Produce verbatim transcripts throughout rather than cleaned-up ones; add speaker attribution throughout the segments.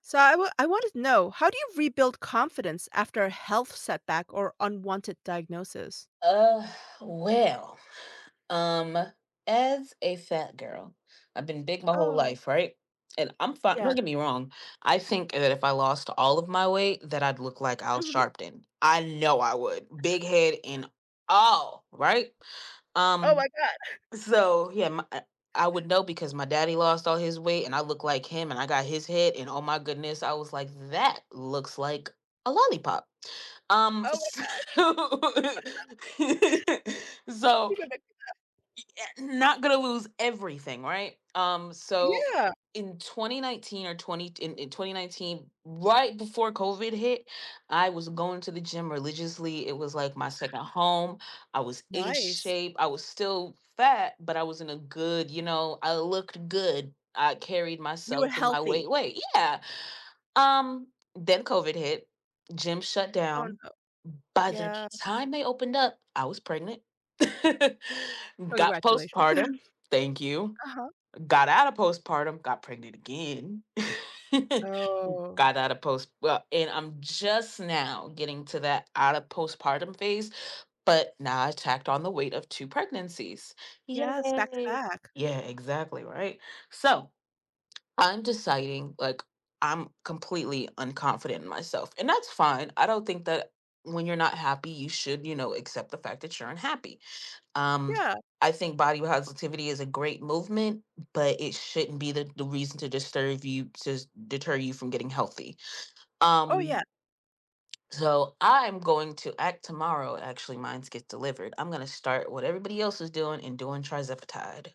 Speaker 1: So I wa- I wanted to know, how do you rebuild confidence after a health setback or unwanted diagnosis?
Speaker 2: Uh, well, um, as a fat girl, I've been big my whole
Speaker 1: Oh,
Speaker 2: life, right? And I'm fine.
Speaker 1: yeah.
Speaker 2: Don't get me wrong. I think that if I lost all of my weight, that I'd look like Al
Speaker 1: Mhm.
Speaker 2: Sharpton. I know I would. Big head and all, right?
Speaker 1: Oh my
Speaker 2: Um,
Speaker 1: god.
Speaker 2: so yeah, my, I I would know because my daddy lost all his weight, and I look like him, and I got his head, and oh my goodness, I was like, that looks like a lollipop. Um,
Speaker 1: Oh my god.
Speaker 2: so, not gonna lose everything, right? Um, so
Speaker 1: Yeah.
Speaker 2: in twenty nineteen or twenty in, in twenty nineteen, right before COVID hit, I was going to the gym religiously. It was like my second home. I was in
Speaker 1: Nice.
Speaker 2: shape. I was still fat, but I was in a good, you know, I looked good. I carried
Speaker 1: You were
Speaker 2: myself and my
Speaker 1: healthy.
Speaker 2: weight. Wait, yeah. Um, then COVID hit. Gym shut
Speaker 1: Oh
Speaker 2: down.
Speaker 1: no.
Speaker 2: By the
Speaker 1: Yeah.
Speaker 2: time they opened up, I was pregnant, got
Speaker 1: Congratulations.
Speaker 2: postpartum. Thank you.
Speaker 1: Uh-huh.
Speaker 2: Got out of postpartum, got pregnant again.
Speaker 1: Oh.
Speaker 2: got out of post, Well, and I'm just now getting to that out of postpartum phase. But now I tacked on the weight of two pregnancies.
Speaker 1: Yes, back to
Speaker 2: Yay.
Speaker 1: back.
Speaker 2: Yeah, exactly. Right. So, I'm deciding like I'm completely unconfident in myself. And that's fine. I don't think that when you're not happy, you should, you know, accept the fact that you're unhappy. Um
Speaker 1: Yeah.
Speaker 2: I think body positivity is a great movement, but it shouldn't be the, the reason to disturb you to s- deter you from getting healthy.
Speaker 1: Oh
Speaker 2: Um
Speaker 1: yeah.
Speaker 2: so I'm going to act tomorrow. Actually, mine gets delivered. I'm gonna start what everybody else is doing and doing trizepatide.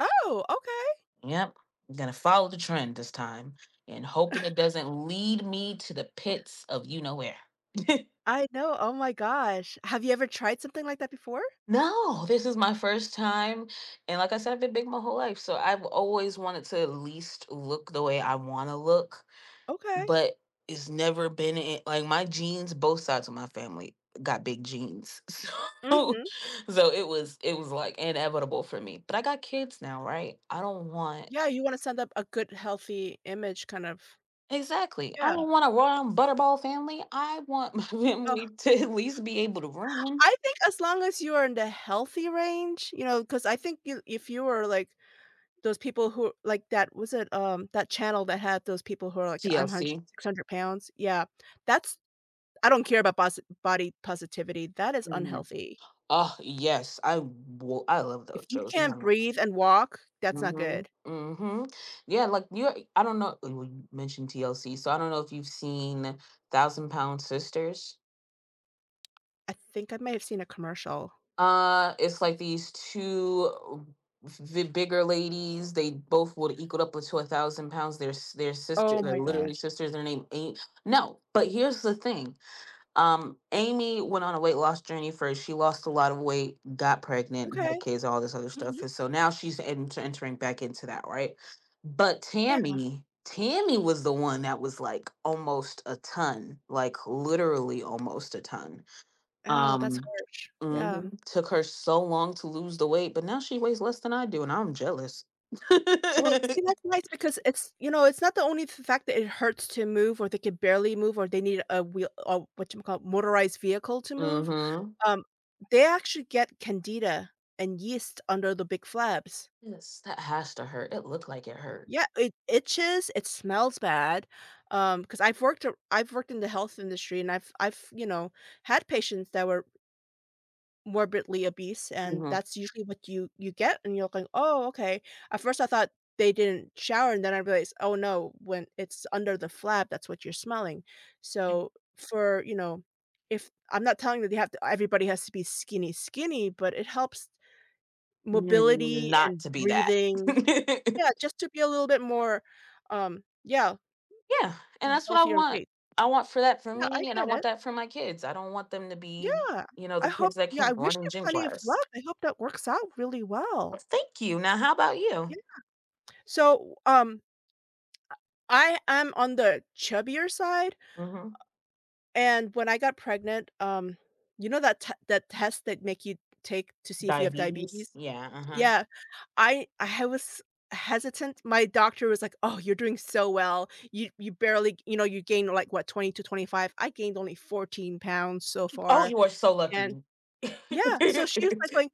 Speaker 1: Oh, okay.
Speaker 2: Yep. I'm going to follow the trend this time and hoping it doesn't lead me to the pits of you know where.
Speaker 1: I know. Oh my gosh. Have you ever tried something like that before?
Speaker 2: No, this is my first time. And like I said, I've been big my whole life. So I've always wanted to at least look the way I want to look.
Speaker 1: Okay.
Speaker 2: But it's never been in, like, my jeans. Both sides of my family got big jeans. So.
Speaker 1: Mhm.
Speaker 2: so it was it was like inevitable for me, but I got kids now, right? I don't want—
Speaker 1: Yeah, you want to send up a good healthy image kind of.
Speaker 2: Exactly. I
Speaker 1: Yeah.
Speaker 2: don't want a rotten butterball family. I want my family to at least be able to run.
Speaker 1: I think as long as you are in the healthy range, you know, because I think you if you were like those people who like that was it, um, that channel that had those people who are like, "I'm hundred
Speaker 2: T L C.
Speaker 1: six hundred pounds." Yeah, that's I don't care about bos body positivity, that is
Speaker 2: Mhm.
Speaker 1: unhealthy.
Speaker 2: Oh yes, I will. I love those
Speaker 1: If you
Speaker 2: shows.
Speaker 1: can't breathe and walk, that's not good.
Speaker 2: Mm-hmm. Hmm. Yeah, like you. I don't know. Oh, well, you mentioned T L C, so I don't know if you've seen Thousand Pound Sisters.
Speaker 1: I think I may have seen a commercial.
Speaker 2: Uh, it's like these two v- bigger ladies. They both would equal up to a thousand pounds. They're s- they're sisters.
Speaker 1: Oh
Speaker 2: They're
Speaker 1: my gosh.
Speaker 2: literally sisters. Their name ain't no. But here's the thing— Um, Amy went on a weight loss journey first. She lost a lot of weight, got pregnant,
Speaker 1: Okay.
Speaker 2: had kids, all this other stuff.
Speaker 1: Mhm.
Speaker 2: And so now she's ent- entering back into that, right? But
Speaker 1: Yeah.
Speaker 2: Tammy, Tammy was the one that was like almost a ton, like literally almost a ton.
Speaker 1: Oh, that's
Speaker 2: Um,
Speaker 1: harsh. Yeah.
Speaker 2: mhm. Took her so long to lose the weight, but now she weighs less than I do, and I'm jealous.
Speaker 1: Well, see, that's nice because it's, you know, it's not the only f fact that it hurts to move or they can barely move or they need a wheel or what you call motorized vehicle to move.
Speaker 2: Mm-hmm.
Speaker 1: Um, they actually get candida and yeast under the big flaps.
Speaker 2: Yes, that has to hurt. It looked like it hurt.
Speaker 1: Yeah, it itches, it smells bad. Um, because 'cause I've worked a I've worked in the health industry, and I've I've, you know, had patients that were morbidly obese, and that's usually what you you get, and you're going, "Oh, okay." At first, I thought they didn't shower, and then I realized, "Oh, no, when it's under the flap, that's what you're smelling." So, for, you know, if I'm not telling that they have to everybody has to be skinny, skinny, but it helps
Speaker 2: N-
Speaker 1: mobility
Speaker 2: not
Speaker 1: and
Speaker 2: to be that.
Speaker 1: breathing.
Speaker 2: Yeah, and
Speaker 1: Yeah, just to be a little bit more, um, yeah, a
Speaker 2: that's what I
Speaker 1: healthier
Speaker 2: want.
Speaker 1: weight.
Speaker 2: I want for that for
Speaker 1: Yeah, I
Speaker 2: me, and I
Speaker 1: get
Speaker 2: want
Speaker 1: it.
Speaker 2: that for my kids. I don't want them to be,
Speaker 1: Yeah.
Speaker 2: you know,
Speaker 1: I
Speaker 2: the
Speaker 1: hope,
Speaker 2: kids that
Speaker 1: yeah,
Speaker 2: can't
Speaker 1: I wish
Speaker 2: run in
Speaker 1: you
Speaker 2: gym
Speaker 1: plenty of
Speaker 2: class.
Speaker 1: luck. I hope that works out really
Speaker 2: Well,
Speaker 1: well.
Speaker 2: thank you. Now, how about
Speaker 1: Yeah.
Speaker 2: you?
Speaker 1: So, um, I am on the chubbier side,
Speaker 2: Hmm.
Speaker 1: and when I got pregnant, um, you know that t that test that make you take to see if you have diabetes?
Speaker 2: Diabetes? Yeah. Uh-huh.
Speaker 1: Yeah, I I was hesitant. My doctor was like, "Oh, you're doing so well. You you barely, you know, you gained like what, twenty to twenty-five." I gained only fourteen pounds so
Speaker 2: Oh,
Speaker 1: far,
Speaker 2: you are so
Speaker 1: and
Speaker 2: lucky.
Speaker 1: yeah, so she was like going,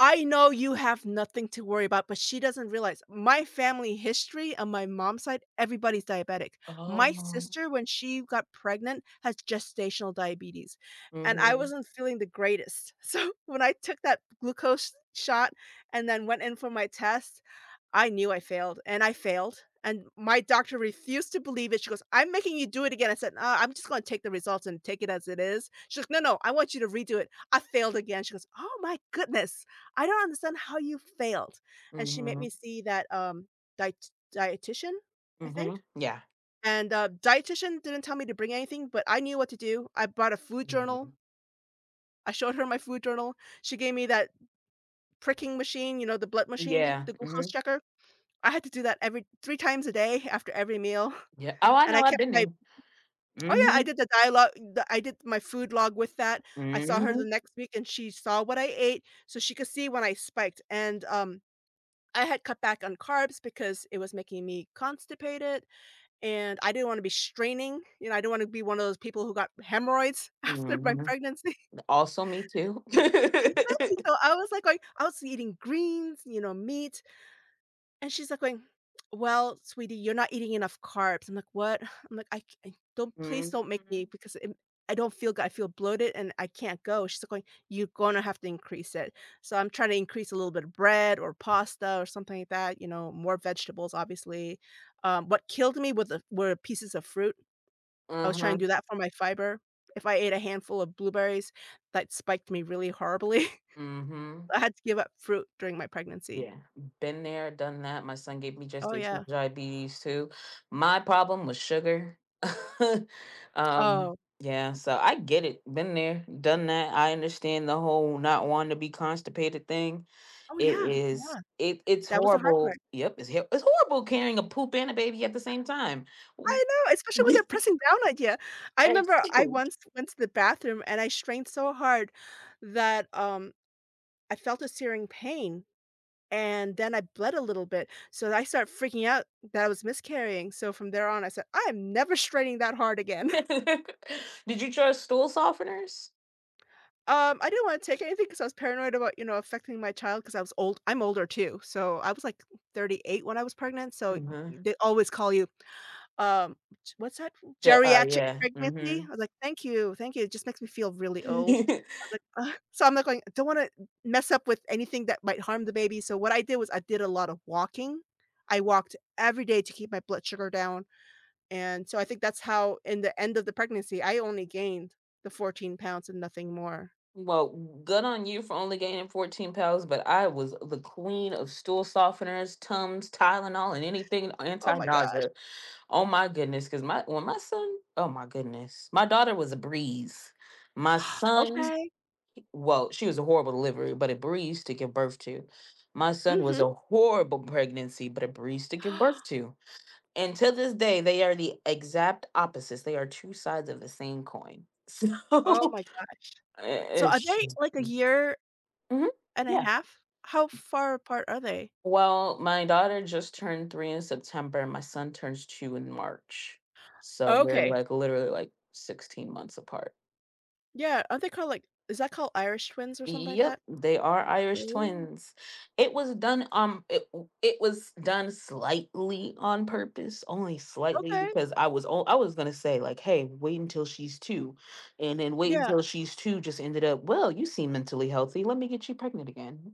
Speaker 1: I know you have nothing to worry about, but she doesn't realize my family history on my mom's side, everybody's diabetic. My
Speaker 2: Oh.
Speaker 1: sister, when she got pregnant, has gestational diabetes, and I
Speaker 2: Hmm.
Speaker 1: wasn't feeling the greatest. So when I took that glucose shot and then went in for my test, I knew I failed, and I failed, and my doctor refused to believe it. She goes, "I'm making you do it again." I said, "Uh, I'm just gonna take the results and take it as it is." She goes, "No, no, I want you to redo it." I failed again. She goes, "Oh my goodness. I don't understand how you failed." And she made me
Speaker 2: Hmm.
Speaker 1: see that, um, diet dietitian, I think,
Speaker 2: Hmm. Yeah.
Speaker 1: and, uh, dietitian didn't tell me to bring anything, but I knew what to do. I brought a food
Speaker 2: Hmm.
Speaker 1: journal. I showed her my food journal. She gave me that pricking machine, you know, the blood machine,
Speaker 2: Yeah.
Speaker 1: the
Speaker 2: Hmm.
Speaker 1: glucose checker. I had to do that every three times a day after every meal,
Speaker 2: Yeah. Oh, I
Speaker 1: and
Speaker 2: know.
Speaker 1: I
Speaker 2: I've
Speaker 1: kept
Speaker 2: been
Speaker 1: my,
Speaker 2: there.
Speaker 1: oh, yeah,
Speaker 2: Hmm.
Speaker 1: I did the dialogue the I did my food log with that. I saw her the
Speaker 2: Hmm.
Speaker 1: next week, and she saw what I ate, so she could see when I spiked, and, um, I had cut back on carbs because it was making me constipated, and I didn't wanna be straining, you know, I didn't wanna be one of those people who got hemorrhoids after my
Speaker 2: Hmm.
Speaker 1: pregnancy.
Speaker 2: Also, me too.
Speaker 1: Exactly, so I was, like, going, I was eating greens, you know, meat. And she's like going, "Well, sweetie, you're not eating enough carbs." I'm like, "What?" I'm like, "I c- I don't, please don't make me
Speaker 2: Mhm.
Speaker 1: because it I don't feel good. I feel bloated and I can't go." She's like going, "You're gonna have to increase it." So I'm trying to increase a little bit of bread or pasta or something like that, you know, more vegetables, obviously. Um, what killed me with the were pieces of fruit. I was trying to
Speaker 2: Mhm.
Speaker 1: do that for my fiber. If I ate a handful of blueberries, that spiked me really horribly.
Speaker 2: Mhm.
Speaker 1: I had to give up fruit during my pregnancy.
Speaker 2: Yeah. Been there, done that. My son gave me
Speaker 1: Oh, yeah.
Speaker 2: gestational diabetes too. My problem was sugar. um,
Speaker 1: Oh.
Speaker 2: yeah, so I get it. Been there, done that. I understand the whole not wanting to be constipated thing.
Speaker 1: Oh,
Speaker 2: It
Speaker 1: yeah.
Speaker 2: is it it's
Speaker 1: That was the hard
Speaker 2: horrible.
Speaker 1: part.
Speaker 2: Yep, it's hor- it's horrible carrying a poop and a baby at the same time.
Speaker 1: I know, especially when they're pressing down on ya. I remember I
Speaker 2: Exactly.
Speaker 1: once went to the bathroom and I strained so hard that, um, I felt a searing pain, and then I bled a little bit, so I started freaking out that I was miscarrying, so from there on, I said, "I am never straining that hard again."
Speaker 2: Did you try stool softeners?
Speaker 1: Um, I didn't wanna take anything because I was paranoid about, you know, affecting my child because I was old I'm older too, so I was, like, thirty-eight when I was pregnant, so
Speaker 2: Mhm.
Speaker 1: they always call you. Um, g what's that?
Speaker 2: Ju- uh,
Speaker 1: Geriatric
Speaker 2: yeah.
Speaker 1: pregnancy? I
Speaker 2: Mhm.
Speaker 1: was like, "Thank you, thank you, it just makes me feel really old." I was like, "Ugh." So I'm like, going, I don't wanna mess up with anything that might harm the baby, so what I did was I did a lot of walking. I walked every day to keep my blood sugar down, and so I think that's how in the end of the pregnancy, I only gained the fourteen pounds and nothing more.
Speaker 2: Well, good on you for only gaining fourteen pounds, but I was the queen of stool softeners, Tums, Tylenol, and anything
Speaker 1: Oh my gosh.
Speaker 2: anti-nausea. Oh my goodness, because my when my son— oh my goodness, my daughter was a breeze. My son—
Speaker 1: Okay.
Speaker 2: well, she was a horrible delivery, but a breeze to give birth to. My son
Speaker 1: Mhm.
Speaker 2: was a horrible pregnancy, but a breeze to give birth to. And to this day, they are the exact opposites. They are two sides of the same coin. So,
Speaker 1: Oh my gosh. So are
Speaker 2: it's—
Speaker 1: they, like, a year
Speaker 2: Mhm.
Speaker 1: and a
Speaker 2: Yeah.
Speaker 1: half? How far apart are they?
Speaker 2: Well, my daughter just turned three in September, and my son turns two in March. So they're
Speaker 1: Okay.
Speaker 2: like literally like sixteen months apart.
Speaker 1: Yeah, aren't they called, like, is that called Irish twins or something like
Speaker 2: Yep,
Speaker 1: that?
Speaker 2: they are Irish
Speaker 1: Ooh.
Speaker 2: twins. It was done um it w- it was done slightly on purpose, only slightly
Speaker 1: Okay,
Speaker 2: because I was o- I was going to say like, "Hey, wait until she's two." And then wait
Speaker 1: yeah,
Speaker 2: until she's two just ended up, "Well, you seem mentally healthy. Let me get you pregnant again."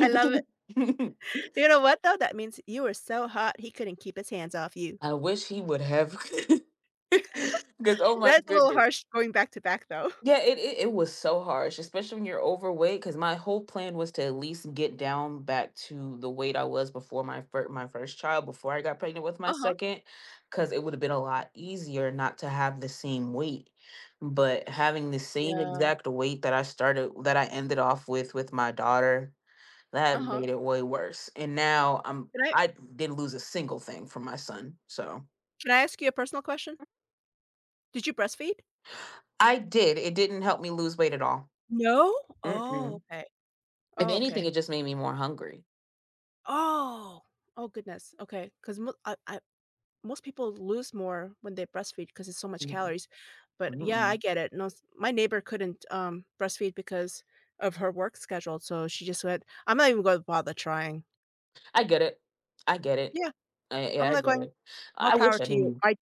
Speaker 1: I love it. You know what, though? That means you were so hot, he couldn't keep his hands off you.
Speaker 2: I wish he would have. Because oh my
Speaker 1: That's a little
Speaker 2: goodness.
Speaker 1: harsh going back to back, though.
Speaker 2: Yeah, it, it it was so harsh, especially when you're overweight. Because my whole plan was to at least get down back to the weight I was before my fir- my first child, before I got pregnant with my
Speaker 1: Uh-huh.
Speaker 2: second, because it would have been a lot easier not to have the same weight. But having the same
Speaker 1: Yeah.
Speaker 2: exact weight that I started, that I ended off with with my daughter, that
Speaker 1: Uh-huh.
Speaker 2: made it way worse. And now I'm
Speaker 1: Can I
Speaker 2: I didn't lose a single thing from my son, so—
Speaker 1: can I ask you a personal question? Did you breastfeed?
Speaker 2: I did. It didn't help me lose weight at all.
Speaker 1: No? Oh,
Speaker 2: Mm-mm.
Speaker 1: okay.
Speaker 2: If
Speaker 1: Oh,
Speaker 2: anything,
Speaker 1: okay.
Speaker 2: it just made me more hungry.
Speaker 1: Oh! Oh, goodness. Okay. Because I I most people lose more when they breastfeed because it's so much
Speaker 2: Mm-mm,
Speaker 1: calories. But yeah, I
Speaker 2: mm-mm.
Speaker 1: get it. No, s- my neighbor couldn't, um, breastfeed because of her work schedule, so she just went, "I'm not even going to bother trying."
Speaker 2: I get it. I get it.
Speaker 1: Yeah,
Speaker 2: I,
Speaker 1: I'm
Speaker 2: yeah, I
Speaker 1: not
Speaker 2: get
Speaker 1: going.
Speaker 2: it.
Speaker 1: More
Speaker 2: I
Speaker 1: power
Speaker 2: wish I
Speaker 1: to you.
Speaker 2: didn't.
Speaker 1: My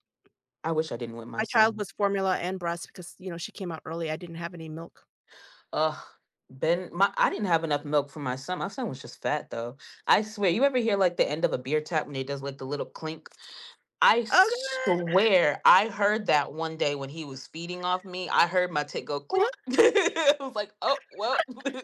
Speaker 2: I wish I didn't with my
Speaker 1: My child
Speaker 2: son.
Speaker 1: was formula and breast because, you know, she came out early. I didn't have any milk.
Speaker 2: Ugh, Ben, my I didn't have enough milk for my son. My son was just fat though. I swear. You ever hear like the end of a beer tap when it does like the little clink? I
Speaker 1: Oh God!
Speaker 2: swear I heard that one day when he was feeding off me. I heard my tit go click.
Speaker 1: What?
Speaker 2: I was like, oh well.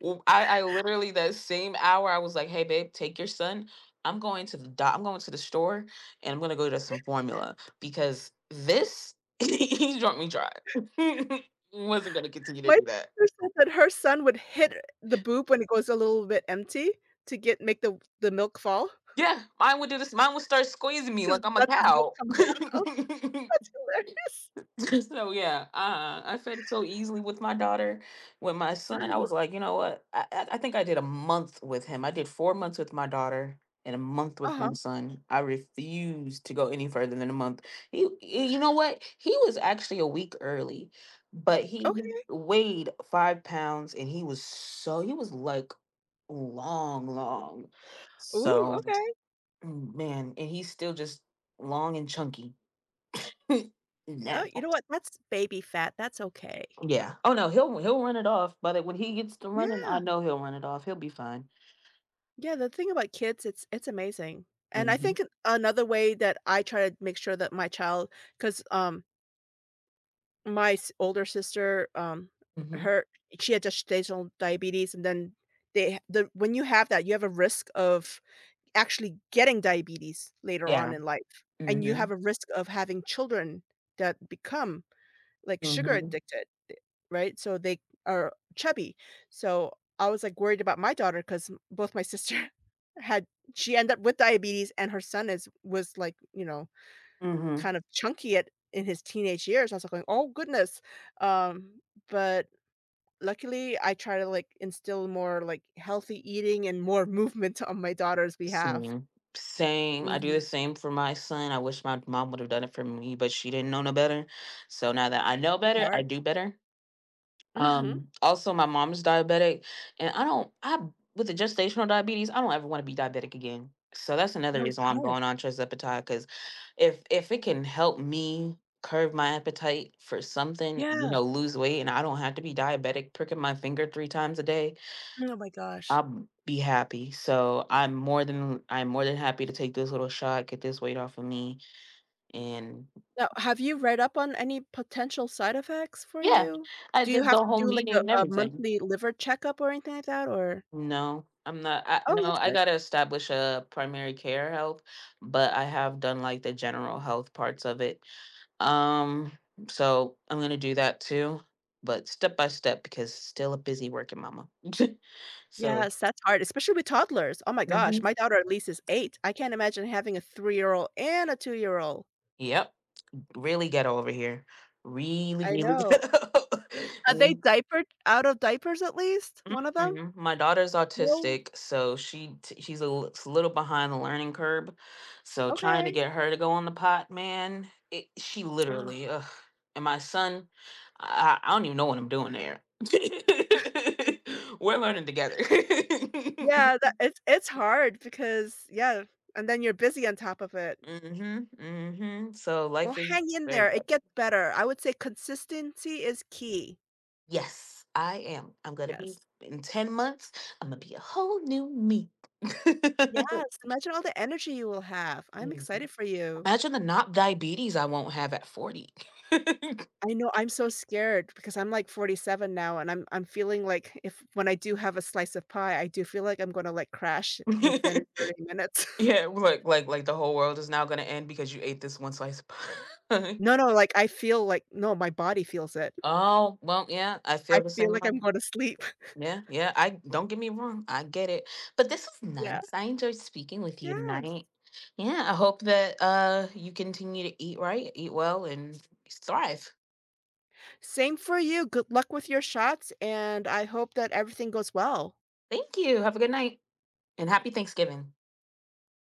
Speaker 2: Well, I, I literally that same hour I was like, hey babe, take your son. I'm going to the doc, I'm going to the store and I'm gonna go get some formula because this he drunk me dry. Wasn't gonna continue to
Speaker 1: My
Speaker 2: do that.
Speaker 1: sister said that her son would hit the boob when it goes a little bit empty to get make the the milk fall
Speaker 2: Yeah, mine would do this. Mine would start squeezing me
Speaker 1: to
Speaker 2: like I'm a
Speaker 1: let the milk
Speaker 2: cow.
Speaker 1: come down. Oh, that's hilarious.
Speaker 2: So yeah, uh, I fed so easily with my daughter. With my son, I
Speaker 1: Hmm.
Speaker 2: was like, you know what? I, I I think I did a month with him. I did four months with my daughter and a month
Speaker 1: Uh
Speaker 2: with
Speaker 1: huh.
Speaker 2: my son. I refused to go any further than a month. He, y- you know what? He was actually a week early, but he
Speaker 1: Okay.
Speaker 2: weighed five pounds and he was so he was like long, long.
Speaker 1: Ooh,
Speaker 2: So
Speaker 1: okay.
Speaker 2: mm, man, and he's still just long and chunky now.
Speaker 1: Oh, you know what? That's baby fat, that's okay.
Speaker 2: Yeah. Oh no, he'll he'll run it off. But when he gets to running,
Speaker 1: Yeah.
Speaker 2: I know he'll run it off. He'll be fine.
Speaker 1: Yeah, the thing about kids, it's it's amazing. And I
Speaker 2: Mm-hmm.
Speaker 1: think another way that I try to make sure that my child, because um, my s older sister, um,
Speaker 2: Mm-hmm.
Speaker 1: her she had gestational diabetes, and then they the when you have that, you have a risk of actually getting diabetes later on
Speaker 2: Yeah.
Speaker 1: in life, and you
Speaker 2: Mm-hmm.
Speaker 1: have a risk of having children that become, like, sugar
Speaker 2: Mm-hmm.
Speaker 1: addicted, th right? So they are chubby. So I was, like, worried about my daughter because both my sister had she ended up with diabetes and her son is was, like, you know,
Speaker 2: Hmm.
Speaker 1: kind of chunky at in his teenage years. I was, like, going, "Oh goodness." Um, but luckily, I try to, like, instill more, like, healthy eating and more movement on my daughter's behalf.
Speaker 2: Same. Same. I do the
Speaker 1: Mhm.
Speaker 2: same for my son. I wish my mom would have done it for me, but she didn't know no better. So now that I know
Speaker 1: It's
Speaker 2: better,
Speaker 1: hard.
Speaker 2: I do better.
Speaker 1: Mhm.
Speaker 2: Um, also, my mom's diabetic, and I don't. I With the gestational diabetes, I don't ever want to be diabetic again. So that's another
Speaker 1: No, it's
Speaker 2: reason why I'm
Speaker 1: hard.
Speaker 2: going on trizepatide because if if it can help me curb my appetite for something, you
Speaker 1: Yeah.
Speaker 2: know, lose weight, and I don't have to be diabetic, pricking my finger three times a day,
Speaker 1: Oh my gosh.
Speaker 2: I'll be happy. So I'm more than I'm more than happy to take this little shot, get this weight off of me, and
Speaker 1: Now, have you read up on any potential side effects for
Speaker 2: yeah,
Speaker 1: you?
Speaker 2: I
Speaker 1: Do you
Speaker 2: did
Speaker 1: have
Speaker 2: the
Speaker 1: to
Speaker 2: whole
Speaker 1: do, like,
Speaker 2: meeting
Speaker 1: a
Speaker 2: and
Speaker 1: a
Speaker 2: everything.
Speaker 1: monthly liver checkup or anything like that, or
Speaker 2: No, I'm not. I,
Speaker 1: Oh,
Speaker 2: no,
Speaker 1: that's
Speaker 2: I
Speaker 1: good.
Speaker 2: gotta establish a primary care health, but I have done like the general health parts of it. Um, so I'm gonna do that too, but step by step because still a busy working mama. So—
Speaker 1: Yes, that's hard, especially with toddlers. Oh my gosh,
Speaker 2: Mhm.
Speaker 1: my daughter at least is eight. I can't imagine having a three-year-old and a two-year-old.
Speaker 2: Yep, really get over here. Really,
Speaker 1: I
Speaker 2: really
Speaker 1: know.
Speaker 2: get.
Speaker 1: Are they
Speaker 2: Over.
Speaker 1: diapered out of diapers at least? One of them?
Speaker 2: Mm-mm. My daughter's
Speaker 1: No?
Speaker 2: autistic, so she t- she's a l- s- little behind the learning curve. So trying to
Speaker 1: Okay.
Speaker 2: get her to go on the pot, man, it, she
Speaker 1: Oh.
Speaker 2: literally— Ugh. And my son, I, I don't even know what I'm doing there. We're learning together.
Speaker 1: Yeah, that it's it's hard because, yeah, and then you're busy on top of it.
Speaker 2: Hmm. Hmm. So
Speaker 1: Well,
Speaker 2: life is
Speaker 1: hang in
Speaker 2: very
Speaker 1: there, it
Speaker 2: good.
Speaker 1: gets better. I would say consistency is key.
Speaker 2: Yes, I am. I'm gonna be
Speaker 1: Yes.
Speaker 2: in ten months. I'm gonna be a whole new me.
Speaker 1: Yes, imagine all the energy you will have. I'm excited
Speaker 2: Amazing.
Speaker 1: for you.
Speaker 2: Imagine the not diabetes I won't have at forty.
Speaker 1: I know, I'm so scared because I'm, like, forty-seven now, and I'm I'm feeling like if when I do have a slice of pie, I do feel like I'm gonna, like, crash within thirty minutes.
Speaker 2: Yeah, like like like the whole world is now gonna end because you ate this one slice of pie.
Speaker 1: No, no, like, I feel like no, my body feels it.
Speaker 2: Oh, well, yeah, I
Speaker 1: I
Speaker 2: feel the
Speaker 1: feel
Speaker 2: same
Speaker 1: like I'm
Speaker 2: way.
Speaker 1: gonna sleep.
Speaker 2: Yeah, yeah. I don't get me wrong, I get it. But this is
Speaker 1: Yeah.
Speaker 2: nice. I enjoyed speaking with you
Speaker 1: Yes.
Speaker 2: tonight. Yeah, I hope that uh you continue to eat right, eat well, and thrive.
Speaker 1: Same for you. Good luck with your shots, and I hope that everything goes well.
Speaker 2: Thank you. Have a good night and happy Thanksgiving.